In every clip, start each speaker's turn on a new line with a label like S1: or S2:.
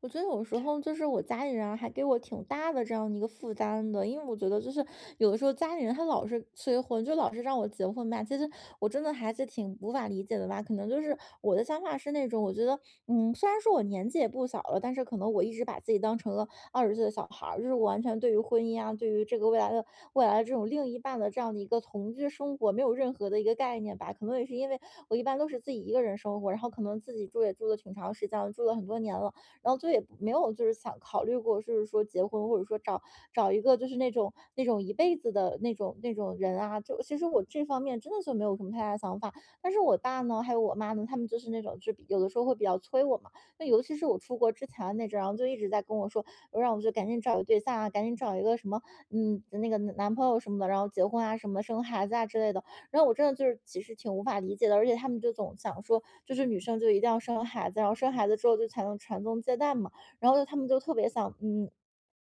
S1: 我觉得有时候就是我家里人啊还给我挺大的这样的一个负担的，因为我觉得就是有的时候家里人他老是催婚，就老是让我结婚吧，其实我真的还是挺无法理解的吧。可能就是我的想法是那种，我觉得虽然说我年纪也不小了，但是可能我一直把自己当成了二十岁的小孩儿，就是我完全对于婚姻啊，对于这个未来的这种另一半的这样的一个同居生活没有任何的一个概念吧。可能也是因为我一般都是自己一个人生活，然后可能自己住也住了挺长时间了，住了很多年了。然后就也没有就是想考虑过，就是说结婚或者说找一个就是那种一辈子的那种人啊，就其实我这方面真的就没有什么太大的想法。但是我爸呢，还有我妈呢，他们就是那种就是比有的时候会比较催我嘛，那尤其是我出国之前的那阵儿然后就一直在跟我说，让我就赶紧找个对象啊，赶紧找一个什么那个男朋友什么的，然后结婚啊什么的生孩子啊之类的。然后我真的就是其实挺无法理解的，而且他们就总想说，就是女生就一定要生孩子，然后生孩子之后就才能传宗接代嘛，然后就他们就特别想，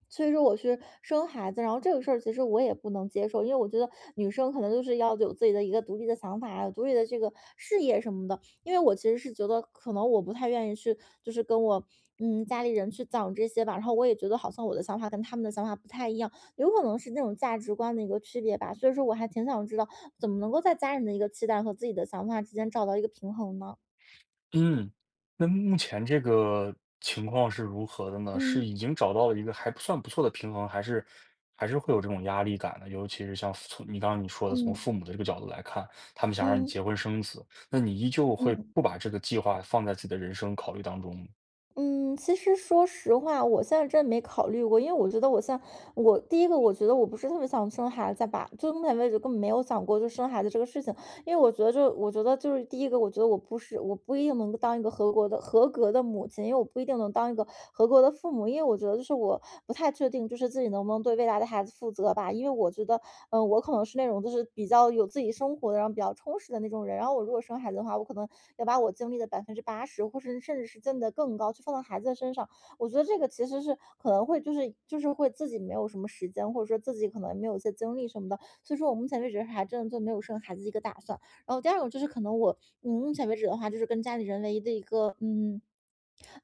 S1: 所以说我是生孩子，然后这个事儿其实我也不能接受，因为我觉得女生可能就是要有自己的一个独立的想法啊，有独立的这个事业什么的。因为我其实是觉得，可能我不太愿意去，就是跟我家里人去讲这些吧。然后我也觉得好像我的想法跟他们的想法不太一样，有可能是那种价值观的一个区别吧。所以说我还挺想知道，怎么能够在家人的一个期待和自己的想法之间找到一个平衡呢？
S2: 嗯，那目前这个情况是如何的呢？是
S1: 嗯，
S2: 已经找到了一个还不算不错的平衡，还是还是会有这种压力感呢？尤其是像从你刚刚说的，从
S1: 嗯，
S2: 父母的这个角度来看，他们想让你
S1: 嗯，
S2: 结婚生子，那你依旧会
S1: 嗯。
S2: 不把这个计划放在自己的人生考虑当中吗？
S1: 嗯，其实说实话，我现在真没考虑过，因为我觉得我现在，我第一个我觉得我不是特别想生孩子吧，就目前为止根本没有想过就生孩子这个事情。因为我觉得就我觉得就是第一个，我觉得我不一定能够当一个合格的母亲，因为我不一定能当一个合格的父母，因为我觉得就是我不太确定，就是自己能不能对未来的孩子负责吧。因为我觉得，我可能是那种就是比较有自己生活的，然后比较充实的那种人。然后我如果生孩子的话，我可能要把我精力的80%，或是甚至是真的更高，去放到孩子的身上。我觉得这个其实是可能会就是会自己没有什么时间，或者说自己可能没有一些精力什么的，所以说我目前为止还真的就没有生孩子的一个打算。然后第二个就是可能我，目前为止的话，就是跟家里人唯一的一个，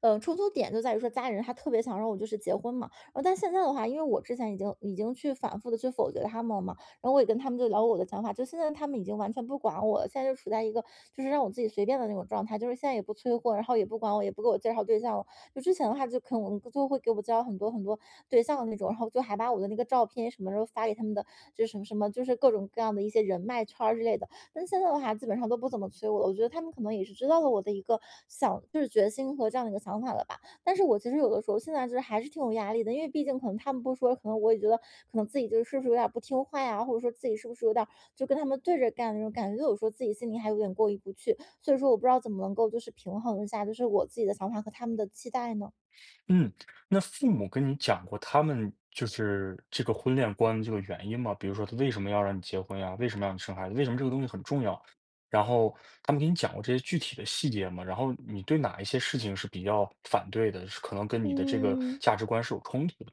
S1: 冲突点就在于说家里人他特别想让我就是结婚嘛，然后但现在的话，因为我之前已经去反复的去否决他们了嘛，然后我也跟他们就聊我的想法，就现在他们已经完全不管我了，现在就处在一个就是让我自己随便的那种状态，就是现在也不催婚，然后也不管我，也不给我介绍对象了。就之前的话，就可能就会给我介绍很多很多对象的那种，然后就还把我的那个照片什么时候发给他们的，就是什么什么，就是各种各样的一些人脉圈儿之类的。但现在的话，基本上都不怎么催我了。我觉得他们可能也是知道了我的一个就是决心和这样的一个想法了吧。但是我其实有的时候现在就是还是挺有压力的，因为毕竟可能他们不说，可能我也觉得可能自己就是是不是有点不听话呀，或者说自己是不是有点就跟他们对着干的那种感觉，就有时候自己心里还有点过意不去，所以说我不知道怎么能够就是平衡一下，就是我自己的想法和他们的期待呢？
S2: 嗯，那父母跟你讲过他们就是这个婚恋观这个原因吗？比如说他为什么要让你结婚呀？为什么让你生孩子？为什么这个东西很重要？然后他们给你讲过这些具体的细节吗？然后你对哪一些事情是比较反对的，是可能跟你的这个
S1: 嗯。
S2: 价值观是有冲突的？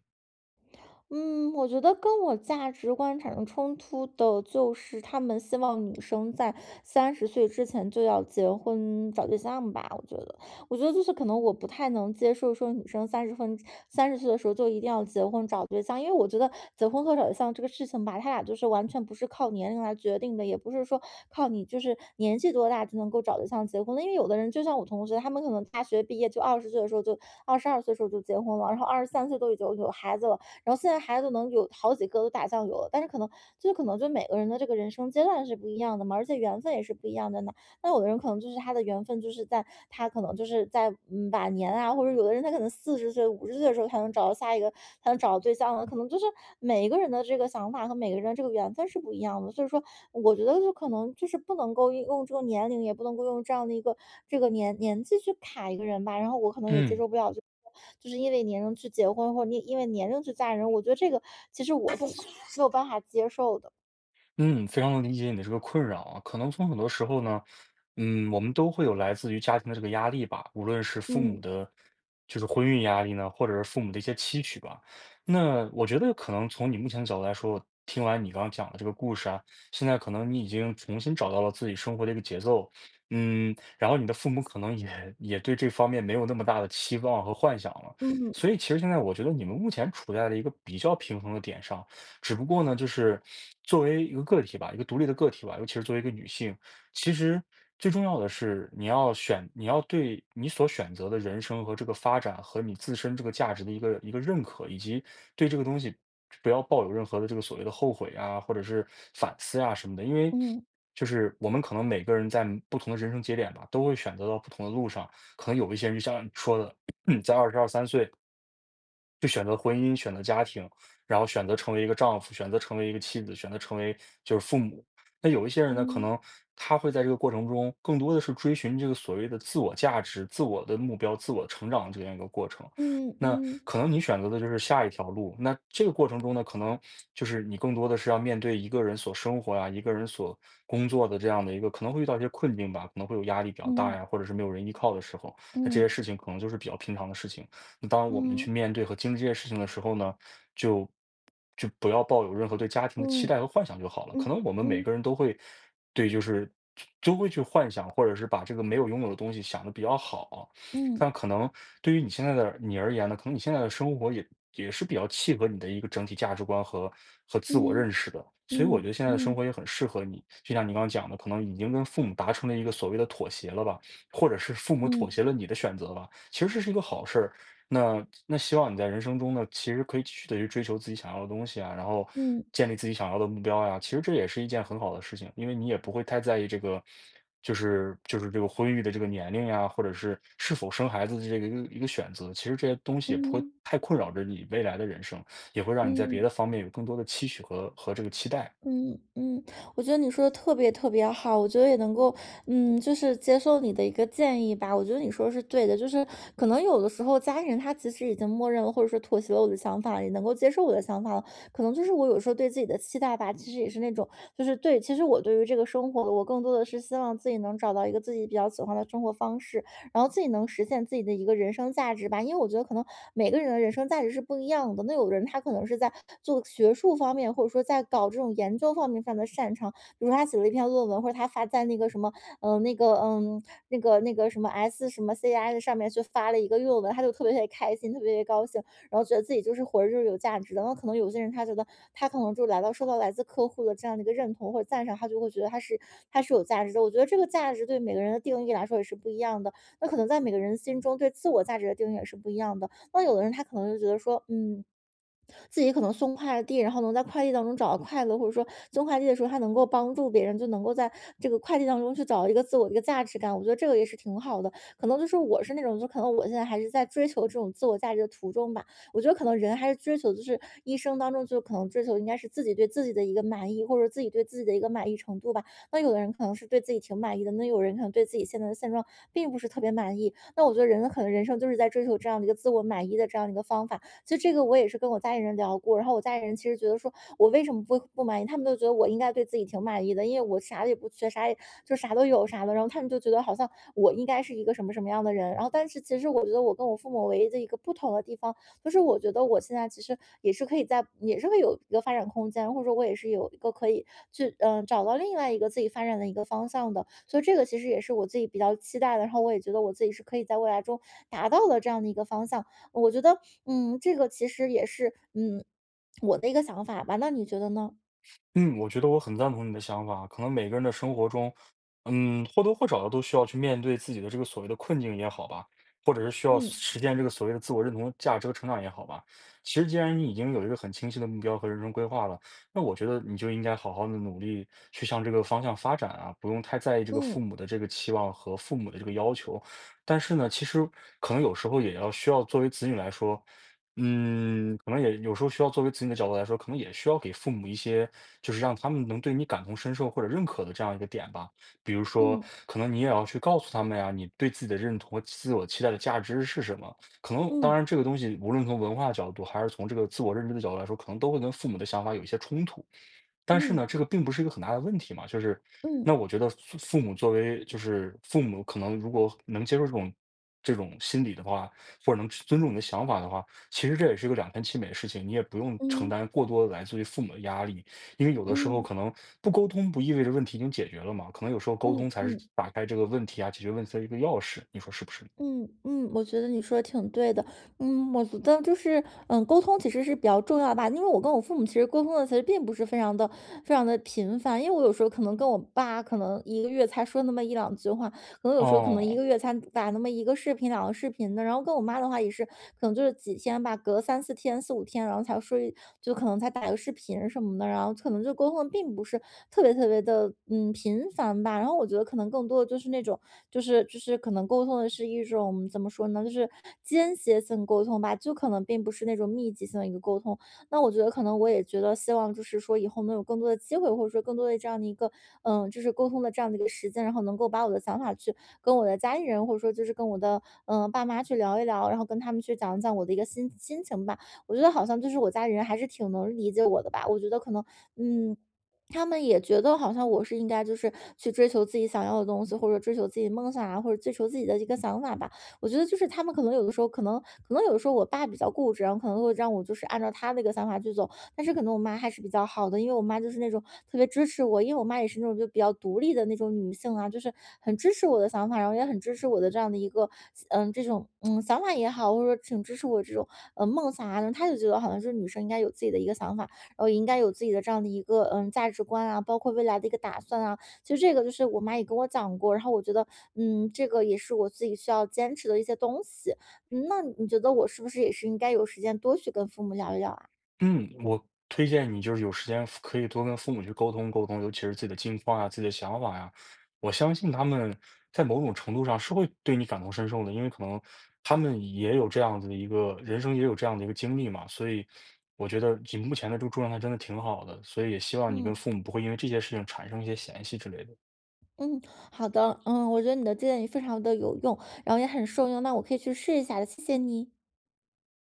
S1: 嗯，我觉得跟我价值观产生冲突的，就是他们希望女生在三十岁之前就要结婚找对象吧。我觉得就是可能我不太能接受说女生三十岁的时候就一定要结婚找对象，因为我觉得结婚和找对象这个事情吧，他俩就是完全不是靠年龄来决定的，也不是说靠你就是年纪多大就能够找对象结婚的。因为有的人就像我同学，他们可能大学毕业就22岁的时候就结婚了，然后23岁都已经有孩子了。然后现在孩子能有好几个都打酱油了，但是可能就是可能就每个人的这个人生阶段是不一样的嘛，而且缘分也是不一样的呢。那有的人可能就是他的缘分，就是在他可能就是在晚年啊，或者有的人他可能40岁、50岁的时候才能找到下一个，才能找到对象呢。可能就是每一个人的这个想法和每个人的这个缘分是不一样的。所以说，我觉得就可能就是不能够用这个年龄，也不能够用这样的一个这个年纪去卡一个人吧。然后我可能也接
S2: 嗯。
S1: 受不了，就是因为年龄去结婚，或者你因为年龄去嫁人，我觉得这个其实我是没有办法接受的。
S2: 嗯，非常能理解你的这个困扰啊。可能从很多时候呢，嗯，我们都会有来自于家庭的这个压力吧，无论是父母
S1: 嗯，
S2: 的，就是婚育压力呢，或者是父母的一些期许吧。那我觉得可能从你目前的角度来说，听完你刚刚讲的这个故事啊，现在可能你已经重新找到了自己生活的一个节奏，嗯，然后你的父母可能也对这方面没有那么大的期望和幻想了。
S1: 嗯，嗯，
S2: 所以其实现在我觉得你们目前处在了一个比较平衡的点上。只不过呢，就是作为一个个体吧，一个独立的个体吧，尤其是作为一个女性，其实最重要的是你要选，你要对你所选择的人生和这个发展和你自身这个价值的一个认可，以及对这个东西不要抱有任何的这个所谓的后悔啊，或者是反思啊什么的。因为
S1: 嗯，
S2: 就是我们可能每个人在不同的人生节点吧，都会选择到不同的路上。可能有一些人就像你说的，在22、23岁就选择婚姻、选择家庭，然后选择成为一个丈夫，选择成为一个妻子，选择成为就是父母。那有一些人呢，可
S1: 嗯，
S2: 能他会在这个过程中更多的是追寻这个所谓的自我价值、自我的目标、自我成长这样一个过程。
S1: 嗯，
S2: 那
S1: 嗯。
S2: 可能你选择的就是下一条路，那这个过程中呢，可能就是你更多的是要面对一个人所生活呀、一个人所工作的这样的一个，可能会遇到一些困境吧，可能会有压力比较大
S1: 嗯，
S2: 呀，或者是没有人依靠的时候，那这
S1: 嗯，
S2: 些事情可能就是比较平常的事情。那当我们
S1: 嗯，
S2: 去面对和经历这些事情的时候呢，就就不要抱有任何对家庭的期
S1: 嗯，
S2: 待和幻想就好了。可
S1: 嗯，
S2: 能我们每
S1: 嗯，
S2: 个人都会对，就是都会去幻想，或者是把这个没有拥有的东西想的比较好。
S1: 嗯，
S2: 但可能对于你现在的你而言呢，可能你现在的生活也是比较契合你的一个整体价值观和自我
S1: 嗯，
S2: 认识的。所以我觉得
S1: 嗯，
S2: 现在的生
S1: 嗯，
S2: 活也很适合你，就像你刚刚讲的，可能已经跟父母达成了一个所谓的妥协了吧，或者是父母妥
S1: 嗯，
S2: 协了你的选择吧。其实这是一个好事儿，那希望你在人生中呢，其实可以继续的去追求自己想要的东西啊，然后
S1: 嗯，
S2: 建立自己想要的目标呀，其实这也是一件很好的事情，因为你也不会太在意这个就是这个婚育的这个年龄呀，或者是是否生孩子的这个一个选择，其实这些东西也不会
S1: 嗯，
S2: 太困扰着你未来的人生，也会让你在别
S1: 嗯，
S2: 的方面有更多的期许和这个期待。
S1: 嗯，嗯，我觉得你说的特别特别好，我觉得也能够，就是接受你的一个建议吧。我觉得你说的是对的，就是可能有的时候家人他其实已经默认了，或者说妥协了我的想法，也能够接受我的想法了。可能就是我有时候对自己的期待吧，其实也是那种，就是对，其实我对于这个生活，我更多的是希望自己能找到一个自己比较喜欢的生活方式，然后自己能实现自己的一个人生价值吧。因为我觉得可能每个人的人生价值是不一样的，那有的人他可能是在做学术方面，或者说在搞这种研究方面非常的擅长，比如说他写了一篇论文，或者他发在那个什么，那个那个什么 S 什么 CI 的上面去发了一个论文，他就特别特别开心，特别特别高兴，然后觉得自己就是活着就是有价值的。那可能有些人他觉得他可能就来到受到来自客户的这样的一个认同或者赞赏，他就会觉得他是有价值的。我觉得这个价值对每个人的定义来说也是不一样的。那可能在每个人心中对自我价值的定义也是不一样的。那有的人他可能就觉得说，自己可能送快递，然后能在快递当中找到快乐，或者说送快递的时候，他能够帮助别人，就能够在这个快递当中去找一个自我的一个价值感。我觉得这个也是挺好的。可能就是我是那种，就可能我现在还是在追求这种自我价值的途中吧。我觉得可能人还是追求，就是一生当中就可能追求应该是自己对自己的一个满意，或者自己对自己的一个满意程度吧。那有的人可能是对自己挺满意的，那有人可能对自己现在的现状并不是特别满意。那我觉得人可能人生就是在追求这样的一个自我满意的这样的一个方法。其实这个我也是跟我家里人聊过，然后我家里人其实觉得说我为什么不满意，他们都觉得我应该对自己挺满意的，因为我啥也不缺，啥也就啥都有啥的，然后他们就觉得好像我应该是一个什么什么样的人，然后但是其实我觉得我跟我父母唯一的一个不同的地方，就是我觉得我现在其实也是可以在，也是会有一个发展空间，或者说我也是有一个可以去找到另外一个自己发展的一个方向的，所以这个其实也是我自己比较期待的，然后我也觉得我自己是可以在未来中达到的这样的一个方向。我觉得这个其实也是，我的一个想法吧，那你觉得呢？
S2: 嗯，我觉得我很赞同你的想法。可能每个人的生活中，嗯，或多或少的都需要去面对自己的这个所谓的困境也好吧，或者是需要
S1: 嗯。
S2: 实现这个所谓的自我认同、价值和成长也好吧。其实，既然你已经有一个很清晰的目标和人生规划了，那我觉得你就应该好好的努力去向这个方向发展啊，不用太在意这个
S1: 嗯。
S2: 父母的这个期望和父母的这个要求。但是呢，其实可能有时候也要需要作为子女来说。嗯，可能也有时候需要作为子女的角度来说，可能也需要给父母一些，就是让他们能对你感同身受或者认可的这样一个点吧。比如说，
S1: 嗯。
S2: 可能你也要去告诉他们呀，你对自己的认同和自我期待的价值是什么。可能当
S1: 嗯。
S2: 然，这个东西无论从文化角度还是从这个自我认知的角度来说，可能都会跟父母的想法有一些冲突。但是
S1: 嗯。
S2: 呢，这个并不是一个很大的问题嘛。就是那
S1: 嗯。
S2: 我觉得父母作为就是父母，可能如果能接受这种心理的话，或者能尊重你的想法的话，其实这也是一个两全其美的事情，你也不用承
S1: 嗯。
S2: 担过多的来自于父母的压力，因为有的时候
S1: 嗯。
S2: 可能不沟通不意味着问题已经解决了嘛，可能有时候沟通
S1: 嗯。
S2: 才是
S1: 嗯。
S2: 打开这个问题啊，解决问题的一个钥匙，你说是不是？
S1: 嗯嗯，我觉得你说的挺对的。我觉得就是，沟通其实是比较重要吧，因为我跟我父母其实沟通的其实并不是非常的频繁，因为我有时候可能跟我爸可能一个月才说那么一两句话，可能有时候可能一
S2: 哦。
S1: 个月才打那么一个视频、两个视频的。然后跟我妈的话也是，可能就是几天吧，隔三四天、四五天，然后才说一，就可能才打个视频什么的，然后可能就沟通的并不是特别特别的频繁吧。然后我觉得可能更多的就是那种，就是可能沟通的是一种怎么说呢，就是间歇性沟通吧，就可能并不是那种密集性的一个沟通。那我觉得可能我也觉得希望就是说以后能有更多的机会，或者说更多的这样的一个，就是沟通的这样的一个时间，然后能够把我的想法去跟我的家里人，或者说就是跟我的爸妈去聊一聊，然后跟他们去讲一讲我的一个心情吧。我觉得好像就是我家里人还是挺能理解我的吧。我觉得可能，嗯。他们也觉得好像我是应该就是去追求自己想要的东西，或者追求自己梦想啊，或者追求自己的一个想法吧。我觉得就是他们可能有的时候，可能有的时候我爸比较固执，然后可能会让我就是按照他那个想法去走，但是可能我妈还是比较好的，因为我妈就是那种特别支持我，因为我妈也是那种就比较独立的那种女性啊，就是很支持我的想法，然后也很支持我的这样的一个这种想法也好，或者说挺支持我这种梦想啊，然后她就觉得好像是女生应该有自己的一个想法，然后也应该有自己的这样的一个价值观啊，包括未来的一个打算啊，就这个就是我妈也跟我讲过，然后我觉得，这个也是我自己需要坚持的一些东西。那你觉得我是不是也是应该有时间多去跟父母聊一聊啊？
S2: 嗯，我推荐你就是有时间可以多跟父母去沟通沟通，尤其是自己的近况啊、自己的想法呀，我相信他们在某种程度上是会对你感同身受的，因为可能他们也有这样子的一个人生也有这样的一个经历嘛，所以我觉得你目前的这个状态真的挺好的，所以也希望你
S1: 嗯。
S2: 跟父母不会因为这些事情产生一些嫌隙之类的。
S1: 嗯，好的，我觉得你的建议非常的有用，然后也很受用，那我可以去试一下的，谢谢你。